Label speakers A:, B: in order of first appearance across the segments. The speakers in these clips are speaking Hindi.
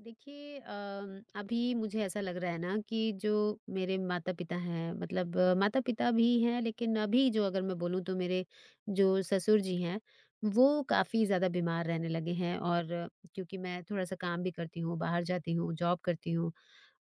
A: देखिए अभी मुझे ऐसा लग रहा है ना कि जो मेरे माता पिता हैं, मतलब माता पिता भी हैं, लेकिन अभी जो अगर मैं बोलूँ तो मेरे जो ससुर जी हैं, वो काफ़ी ज़्यादा बीमार रहने लगे हैं। और क्योंकि मैं थोड़ा सा काम भी करती हूँ, बाहर जाती हूँ, जॉब करती हूँ,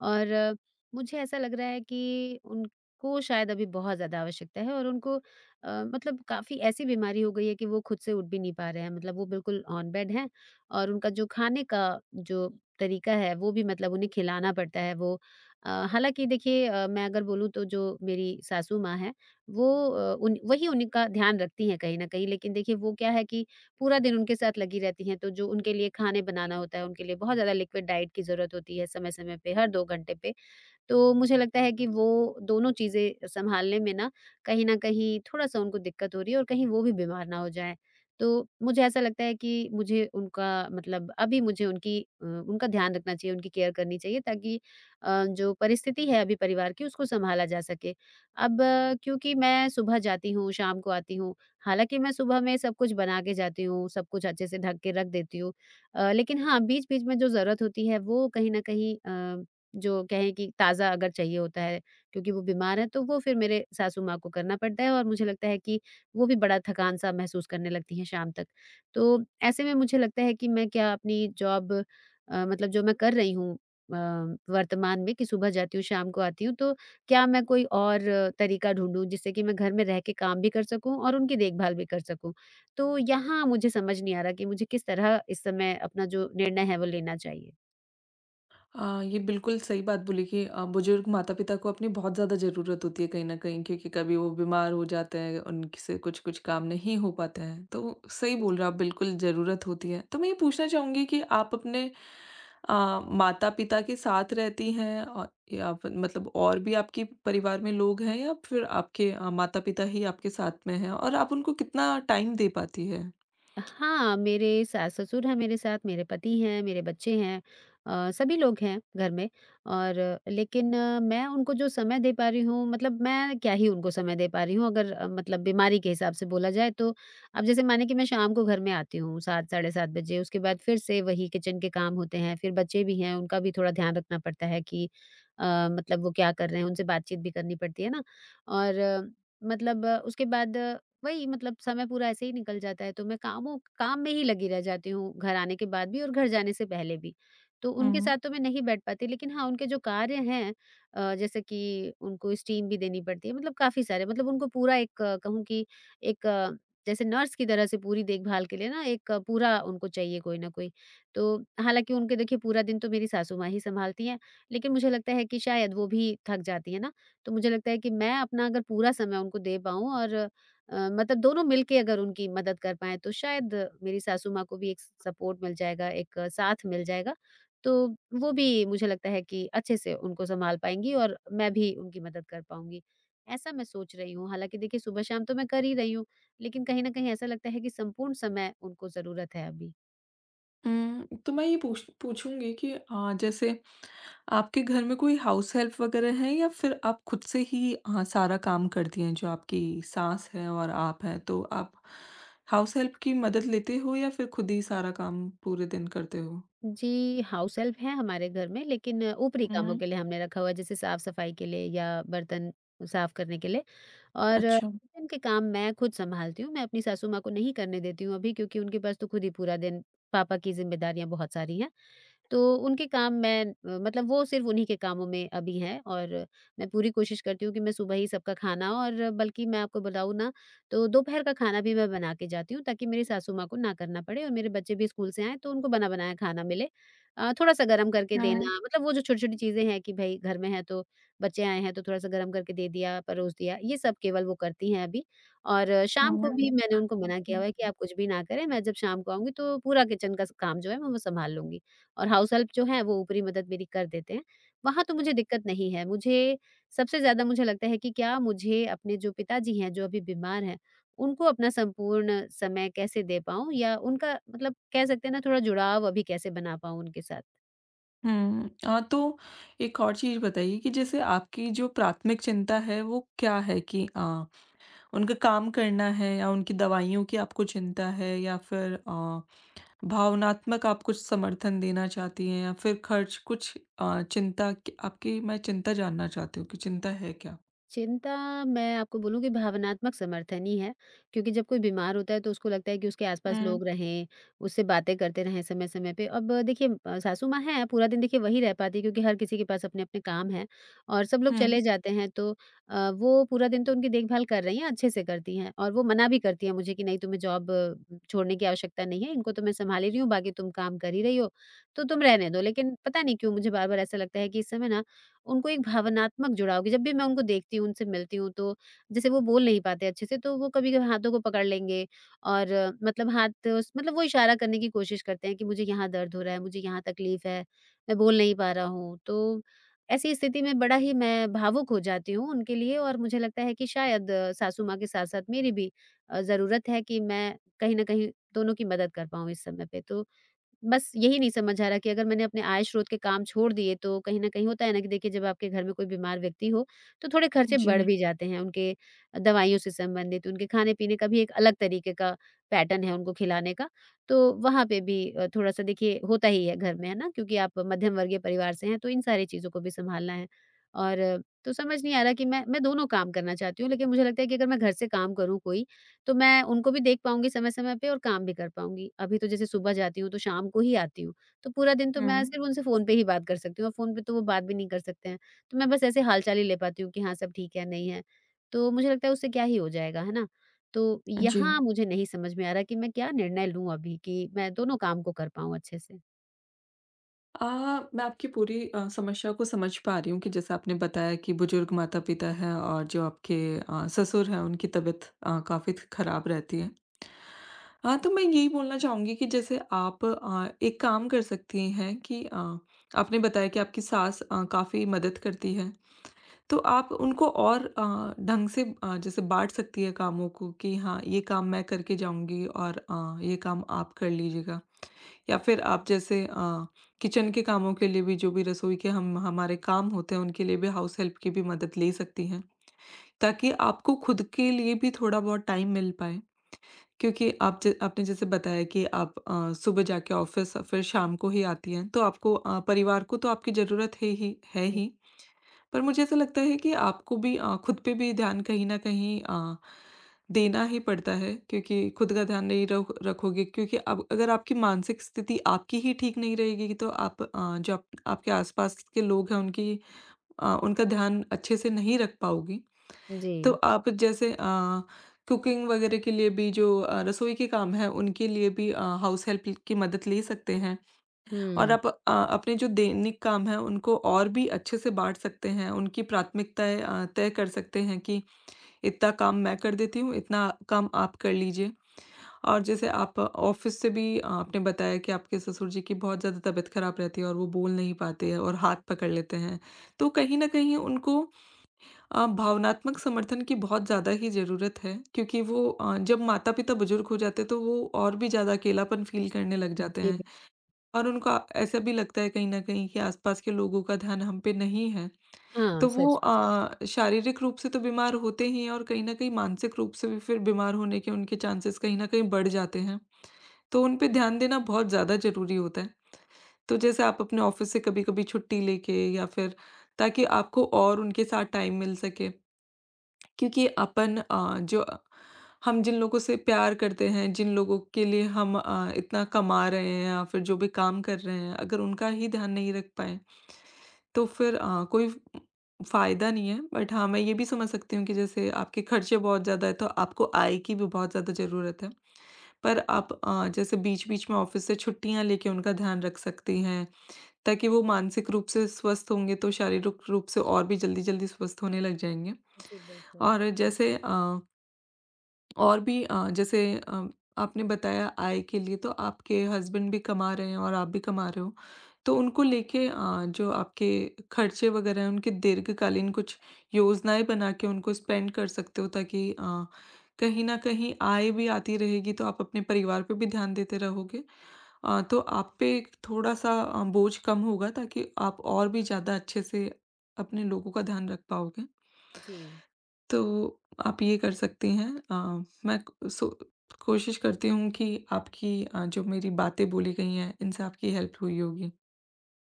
A: और मुझे ऐसा लग रहा है कि उनको शायद अभी बहुत ज़्यादा आवश्यकता है। और उनको मतलब काफ़ी ऐसी बीमारी हो गई है कि वो खुद से उठ भी नहीं पा रहे हैं, मतलब वो बिल्कुल ऑन बेड हैं। और उनका जो खाने का जो तरीका है वो भी, मतलब उन्हें खिलाना पड़ता है वो। हालाँकि देखिए, मैं अगर बोलूँ तो जो मेरी सासू माँ हैं वो, उन वही उनका ध्यान रखती हैं कहीं न कहीं। लेकिन देखिए वो क्या है कि पूरा दिन उनके साथ लगी रहती हैं, तो जो उनके लिए खाने बनाना होता है, उनके लिए बहुत ज़्यादा लिक्विड डाइट की ज़रूरत होती है समय-समय पे, हर 2 घंटे पे। तो मुझे लगता है कि वो दोनों चीज़ें सँभालने में ना, कहीं न कहीं थोड़ा-सा उनको दिक्कत हो रही है, और कहीं वो भी बीमार ना हो जाएँ। तो मुझे ऐसा लगता है कि मुझे उनका, मतलब अभी मुझे उनकी उनका ध्यान रखना चाहिए, उनकी केयर करनी चाहिए, ताकि जो परिस्थिति है अभी परिवार की, उसको सँभाला जा सके। अब क्योंकि मैं सुबह जाती हूँ, शाम को आती हूँ, हालाँकि मैं सुबह में सब कुछ बना के जाती हूँ, सब कुछ अच्छे से ढक के रख देती हूँ। लेकिन हाँ, बीच-बीच में जो ज़रूरत होती है वो कहीं न कहीं, अ जो कहें कि ताज़ा अगर चाहिए होता है क्योंकि वो बीमार हैं, तो वो फिर मेरे सासू माँ को करना पड़ता है, और मुझे लगता है कि वो भी बड़ा थकान-सा महसूस करने लगती हैं शाम तक। तो ऐसे में मुझे लगता है कि मैं क्या अपनी जॉब, मतलब जो मैं कर रही हूँ अ, वर्तमान में, कि सुबह जाती हूँ, शाम को आती हूँ, तो क्या मैं कोई और तरीका ढूँढूँ जिससे कि मैं घर में रह के काम भी कर सकूँ और उनकी देखभाल भी कर सकूँ? तो यहाँ मुझे समझ नहीं आ रहा कि मुझे किस तरह इस समय अपना जो निर्णय है, वो लेना चाहिए।
B: ये बिल्कुल सही बात बोली कि बुजुर्ग माता पिता को अपनी बहुत ज़्यादा ज़रूरत होती है कहीं न कहीं क्योंकि कभी वो बीमार हो जाते हैं, उनसे कुछ-कुछ काम नहीं हो पाते हैं। तो सही बोल रहे हो आप, बिल्कुल ज़रूरत होती है। तो मैं ये पूछना चाहूँगी कि आप अपने अ, माता पिता के साथ रहती हैं औ या फिर मतलब और भी आपके परिवार में लोग हैं या फिर आपके माता पिता ही आपके साथ में हैं और आप उनको कितना टाइम दे पाती हैं?
A: हाँ, मेरे सास-ससुर हैं मेरे साथ, मेरे पति हैं, मेरे बच्चे हैं, सभी लोग हैं घर में। और लेकिन मैं उनको जो समय दे पा रही हूँ, मतलब मैं क्या ही उनको समय दे पा रही हूँ, अगर मतलब बीमारी के हिसाब से बोला जाए तो। अब जैसे माने कि मैं शाम को घर में आती हूँ 7, साढ़े 7 बजे, उसके बाद फिर से वही किचन के काम होते हैं, फिर बच्चे भी हैं, उनका भी थोड़ा ध्यान रखना पड़ता है कि अ, मतलब वो क्या कर रहे हैं, उनसे बातचीत भी करनी पड़ती है ना? और मतलब उसके बाद वही, मतलब समय पूरा ऐसे ही निकल जाता है, तो मैं कामों काम में ही लगी रह जाती हूँ घर आने के बाद भी और घर जाने से पहले भी। तो उनके
B: हुँ।
A: साथ तो मैं नहीं बैठ पाती, लेकिन हाँ, उनके जो कार्य हैं, जैसे कि उनको स्टीम भी देनी पड़ती है, मतलब काफ़ी सारे, मतलब उनको पूरा एक, कहूँ कि एक जैसे नर्स की तरह से पूरी देखभाल के लिए ना, एक पूरा उनको चाहिए कोई ना कोई। तो हालाँकि उनके देखिए पूरा दिन तो मेरी सासू माँ ही सँभालती हैं, लेकिन मुझे लगता है कि शायद वो भी थक जाती हैं ना, तो मुझे लगता है कि मैं अपना अगर पूरा समय उनको दे पाऊँ, और मतलब दोनों मिलके अगर उनकी मदद कर पाएँ, तो शायद मेरी सासू माँ को भी एक सपोर्ट मिल जाएगा, एक साथ मिल जाएगा। तो वो भी मुझे लगता है कि अच्छे से उनको सँभाल पाएँगी और मैं भी उनकी मदद कर पाऊँगी। ऐसा मैं सोच रही हूँ, हालाँकि देखिए सुबह-शाम तो मैं कर ही रही हूँ, लेकिन कहीं न कहीं ऐसा लगता है कि संपूर्ण समय उनको ज़रूरत है अभी।
B: तो मैं ये पूछूँगी कि जैसे आपके घर में कोई हाउस हेल्प वगैरह है या फिर आप खुद से ही हाँ, सारा काम करती हैं जो आपकी सास है और आप हैं तो आप हाउस हेल्प की मदद लेते हो या फिर खुद ही सारा काम पूरे दिन करते हो?
A: जी, हाउस हेल्प हैं हमारे घर में, लेकिन ऊपरी कामों
B: हुँ।
A: के लिए हमने रखा हुआ है, जैसे साफ-सफाई के लिए या बर्तन साफ करने के लिए। और
B: अच्छा।
A: किचन के काम मैं खुद सँभालती हूँ, मैं अपनी सासू माँ को नहीं करने देती हूँ अभी, क्योंकि उनके पास तो खुद ही पूरा दिन पापा की ज़िम्मेदारियाँ बहुत सारी हैं। तो उनके काम मैं, मतलब वो सिर्फ़ उन्हीं के कामों में अभी हैं। और मैं पूरी कोशिश करती हूँ कि मैं सुबह ही सबका खाना, और बल्कि मैं आपको बताऊँ ना, तो दोपहर का खाना भी मैं बना के जाती हूँ, ताकि मेरी सासू माँ को ना करना पड़े और मेरे बच्चे भी स्कूल से आएँ तो उनको बना-बनाया खाना मिले। थोड़ा-सा गरम करके देना, मतलब वो जो छोटी-छोटी चीज़ें हैं कि भई घर में है तो बच्चे आए हैं तो थोड़ा-सा गरम करके दे दिया, परोस दिया, ये सब केवल वो करती हैं अभी। और शाम को भी मैंने उनको मना किया हुआ है कि आप कुछ भी ना करें, मैं जब शाम को आऊँगी तो पूरा किचन का स काम जो है मैं वो सँभाल लूँगी। और हाउस हेल्प जो है वो ऊपरी मदद मेरी कर देते हैं। वहाँ तो मुझे दिक्कत नहीं है, मुझे सबसे ज़्यादा मुझे लगता है कि क्या मुझे अपने जो पिताजी हैं, जो अभी बीमार हैं, उनको अपना संपूर्ण समय कैसे दे पाऊँ, या उनका, मतलब कह सकते हैं ना, थोड़ा जुड़ाव अभी कैसे बना पाऊँ उनके साथ।
B: हुँ। तो एक और चीज़ बताइए कि जैसे आपकी जो प्राथमिक चिंता है वो क्या है कि उनका काम करना है या उनकी दवाइयों की आपको चिंता है या फिर भावनात्मक आप कुछ समर्थन देना चाहती हैं या फिर खर्च कुछ चिंता क आपकी मैं चिंता जानना चाहती हूँ कि चिंता है क्या?
A: चिंता, मैं आपको बोलूँ कि भावनात्मक समर्थन ही है, क्योंकि जब कोई बीमार होता है तो उसको लगता है कि उसके आस-पास
B: हुँ,
A: लोग रहें, उससे बातें करते रहें समय-समय पे। अब देखिए, सासू माँ हैं, पूरा दिन देखिए वही रह पाती है, क्योंकि हर किसी के पास अपने-अपने काम हैं और सब लोग
B: हुँ।
A: चले जाते हैं, तो वो पूरा दिन तो उनकी देखभाल कर रही हैं, अच्छे से करती हैं, और वो मना भी करती हैं मुझे कि नहीं, तुम्हें जॉब छोड़ने की आवश्यकता नहीं है, इनको तो मैं सँभाल ही रही हूँ, बाकी तुम काम कर ही रही हो, तो तुम रहने दो। लेकिन पता नहीं क्यों मुझे बार-बार ऐसा लगता है कि इस समय ना उनको एक भावनात्मक जुड़ाव, कि जब भी मैं उनको देखती हूँ, उनसे मिलती हूँ, तो जैसे वो बोल नहीं पाते अच्छे से तो वो कभी-कभी हाथों को पकड़ लेंगे, और मतलब हाथ उस, मतलब वो इशारा करने की कोशिश करते हैं कि मुझे यहाँ दर्द हो रहा है, मुझे यहाँ तकलीफ़ है, मैं बोल नहीं पा रहा हूँ। तो ऐसी स्थिति में बड़ा ही मैं भावुक हो जाती हूँ उनके लिए, और मुझे लगता है कि शायद सासू माँ के साथ-साथ मेरी भी ज़रूरत है कि मैं कहीं न कहीं दोनों की मदद कर पाऊँ इस समय पे। तो बस यही नहीं समझ आ रहा कि अगर मैंने अपने आय स्रोत के काम छोड़ दिए, तो कहीं न कहीं होता है ना कि देखिए, जब आपके घर में कोई बीमार व्यक्ति हो, तो थोड़े खर्चे
B: जी,
A: बढ़ भी जाते हैं उनके, दवाइयों से संबंधित, उनके खाने-पीने का भी एक अलग तरीके का पैटर्न है उनको खिलाने का। तो वहाँ पे भी थोड़ा-सा देखिए होता ही है घर में, है ना? क्योंकि आप मध्यम वर्गीय परिवार से हैं, तो इन सारी चीज़ों को भी सँभालना है। और तो समझ नहीं आ रहा कि मैं दोनों काम करना चाहती हूँ, लेकिन मुझे लगता है कि अगर मैं घर से काम करूँ कोई, तो मैं उनको भी देख पाऊँगी समय-समय पे और काम भी कर पाऊँगी। अभी तो जैसे सुबह जाती हूँ तो शाम को ही आती हूँ, तो पूरा दिन तो मैं
B: हुँ।
A: सिर्फ़ उनसे फ़ोन पे ही बात कर सकती हूँ, और फ़ोन पे तो वो बात भी नहीं कर सकते हैं। तो मैं बस ऐसे हाल-चाल ही ले पाती हूँ कि हाँ, सब ठीक है, नहीं है। तो मुझे लगता है उससे क्या ही हो जाएगा, है ना? तो
B: जी।
A: यहाँ मुझे नहीं समझ में आ रहा कि मैं क्या निर्णय लूँ अभी, कि मैं दोनों काम को कर पाऊँ अच्छे से।
B: अ, मैं आपकी पूरी समस्या को समझ पा रही हूँ कि जैसे आपने बताया कि बुजुर्ग माता-पिता हैं और जो आपके ससुर हैं उनकी तबीयत काफ़ी खराब रहती है। हाँ, तो मैं यही बोलना चाहूँगी कि जैसे आप एक काम कर सकती हैं कि आपने बताया कि आपकी सास काफ़ी मदद करती है। तो आप उनको और ढंग से जैसे बाँट सकती है कामों को कि हाँ, ये काम मैं करके जाऊँगी और ये काम आप कर लीजिएगा। या फिर आप जैसे किचन के कामों के लिए भी जो भी रसोई के हम हमारे काम होते हैं उनके लिए भी हाउस हेल्प की भी मदद ले सकती हैं। ताकि आपको खुद के लिए भी थोड़ा बहुत टाइम मिल पाए। क्योंकि आप ज आपने जैसे बताया कि आप सुबह जाके ऑफ़िस फिर शाम को ही आती हैं, तो आपको परिवार को तो आपकी ज़रूरत है ही है ही। पर मुझे ऐसा लगता है कि आपको भी खुद पे भी ध्यान कहीं न कहीं देना ही पड़ता है क्योंकि खुद का ध्यान नहीं रख रखोगे क्योंकि अब अगर आपकी मानसिक स्थिति आपकी ही ठीक नहीं रहेगी तो आप जो आप आपके आस-पास के लोग हैं उनकी उनका ध्यान अच्छे से नहीं रख पाओगी।
A: जी।
B: तो आप जैसे कुकिंग वगैरह के लिए भी जो रसोई के काम हैं उनके लिए भी हाउस हेल्प की मदद ले सकते हैं। और
A: हुँ।
B: आप अपने जो दैनिक काम है उनको और भी अच्छे से बाँट सकते हैं, उनकी प्राथमिकताएँ तय कर सकते हैं कि इतना काम मैं कर देती हूँ, इतना काम आप कर लीजिए। और जैसे आप ऑफ़िस से भी आपने बताया कि आपके ससुर जी की बहुत ज़्यादा तबीयत ख़राब रहती है और वो बोल नहीं पाते हैं और हाथ पकड़ लेते हैं। तो कहीं न कहीं उनको भावनात्मक समर्थन की बहुत ज़्यादा ही ज़रूरत है क्योंकि वो जब माता-पिता बुज़ुर्ग हो जाते हैं तो वो और भी ज़्यादा अकेलापन फ़ील करने लग जाते
A: जी,
B: हैं।
A: बिल्कुल।
B: और उनको ऐसा भी लगता है कहीं न कहीं कि आसपास के लोगों का ध्यान हम पे नहीं है,
A: हाँ,
B: तो वो
A: सच में।
B: शारीरिक रूप से तो बीमार होते ही हैं और कहीं न कहीं मानसिक रूप से भी फिर बीमार होने के उनके चांसेस कहीं न कहीं बढ़ जाते हैं। तो उन पे ध्यान देना बहुत ज़्यादा ज़रूरी होता है। तो जैसे आप अपने ऑफ़िस से कभी-कभी छुट्टी लेके या फिर ताकि आपको और उनके साथ टाइम मिल सके। क्योंकि जो हम जिन लोगों से प्यार करते हैं, जिन लोगों के लिए हम इतना कमा रहे हैं या फिर जो भी काम कर रहे हैं, अगर उनका ही ध्यान नहीं रख पाएँ, तो फिर कोई फ फ़ायदा नहीं है। बट हाँ, मैं ये भी समझ सकती हूँ कि जैसे आपके खर्चे बहुत ज़्यादा हैं, तो आपको आय की भी बहुत ज़्यादा ज़रूरत है। पर आप जैसे बीच-बीच में ऑफ़िस से छुट्टियाँ लेके उनका ध्यान रख सकती हैं ताकि वो मानसिक रूप से स्वस्थ होंगे तो शारीरिक रूप से और भी जल्दी-जल्दी स्वस्थ होने लग जाएँगे।
A: जी, बिल्कुल।
B: और जैसे और भी जैसे अ, आपने बताया आय के लिए तो आपके हस्बैंड भी कमा रहे हैं और आप भी कमा रहे हो। तो उनको लेके जो आपके खर्चे वगैरह हैं उनके दीर्घकालीन कुछ योजनाएँ बना के उनको स्पेंड कर सकते हो ताकि कहीं न कहीं आय भी आती रहेगी तो आप अपने परिवार पे भी ध्यान देते रहोगे। तो आप पे थोड़ा-सा बोझ कम होगा ताकि आप और भी ज़्यादा अच्छे से अपने लोगों का ध्यान रख पाओगे।
A: जी।
B: तो आप ये कर सकती हैं मैं क सो कोशिश करती हूँ कि आपकी जो मेरी बातें बोली गई हैं, इनसे आपकी हेल्प हुई होगी।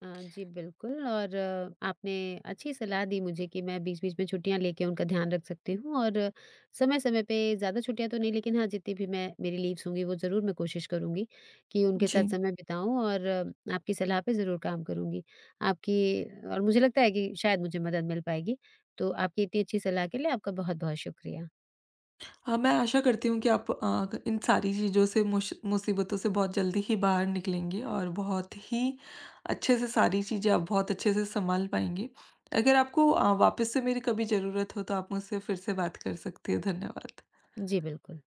A: जी, बिल्कुल। और आपने अच्छी सलाह दी मुझे कि मैं बीच-बीच में छुट्टियाँ लेके उनका ध्यान रख सकती हूँ, और समय-समय पे ज़्यादा छुट्टियाँ तो नहीं, लेकिन हाँ, जितनी भी मैं मेरी लीव्स होंगी वो ज़रूर मैं कोशिश करूँगी कि उनके
B: जी।
A: साथ समय बिताऊँ, और आपकी सलाह पे ज़रूर काम करूँगी। आपकी और मुझे लगता है कि शायद मुझे मदद मिल पाएगी। तो आपकी इतनी अच्छी सलाह के लिए आपका बहुत-बहुत शुक्रिया।
B: हाँ, मैं आशा करती हूँ कि आप इन सारी चीज़ों से मुश मुसीबतों से बहुत जल्दी ही बाहर निकलेंगे और बहुत ही अच्छे से सारी चीज़ें आप बहुत अच्छे से सँभाल पाएँगे। अगर आपको वापस से मेरी कभी ज़रूरत हो तो आप मुझसे फिर से बात कर सकती हैं। धन्यवाद।
A: जी, बिल्कुल।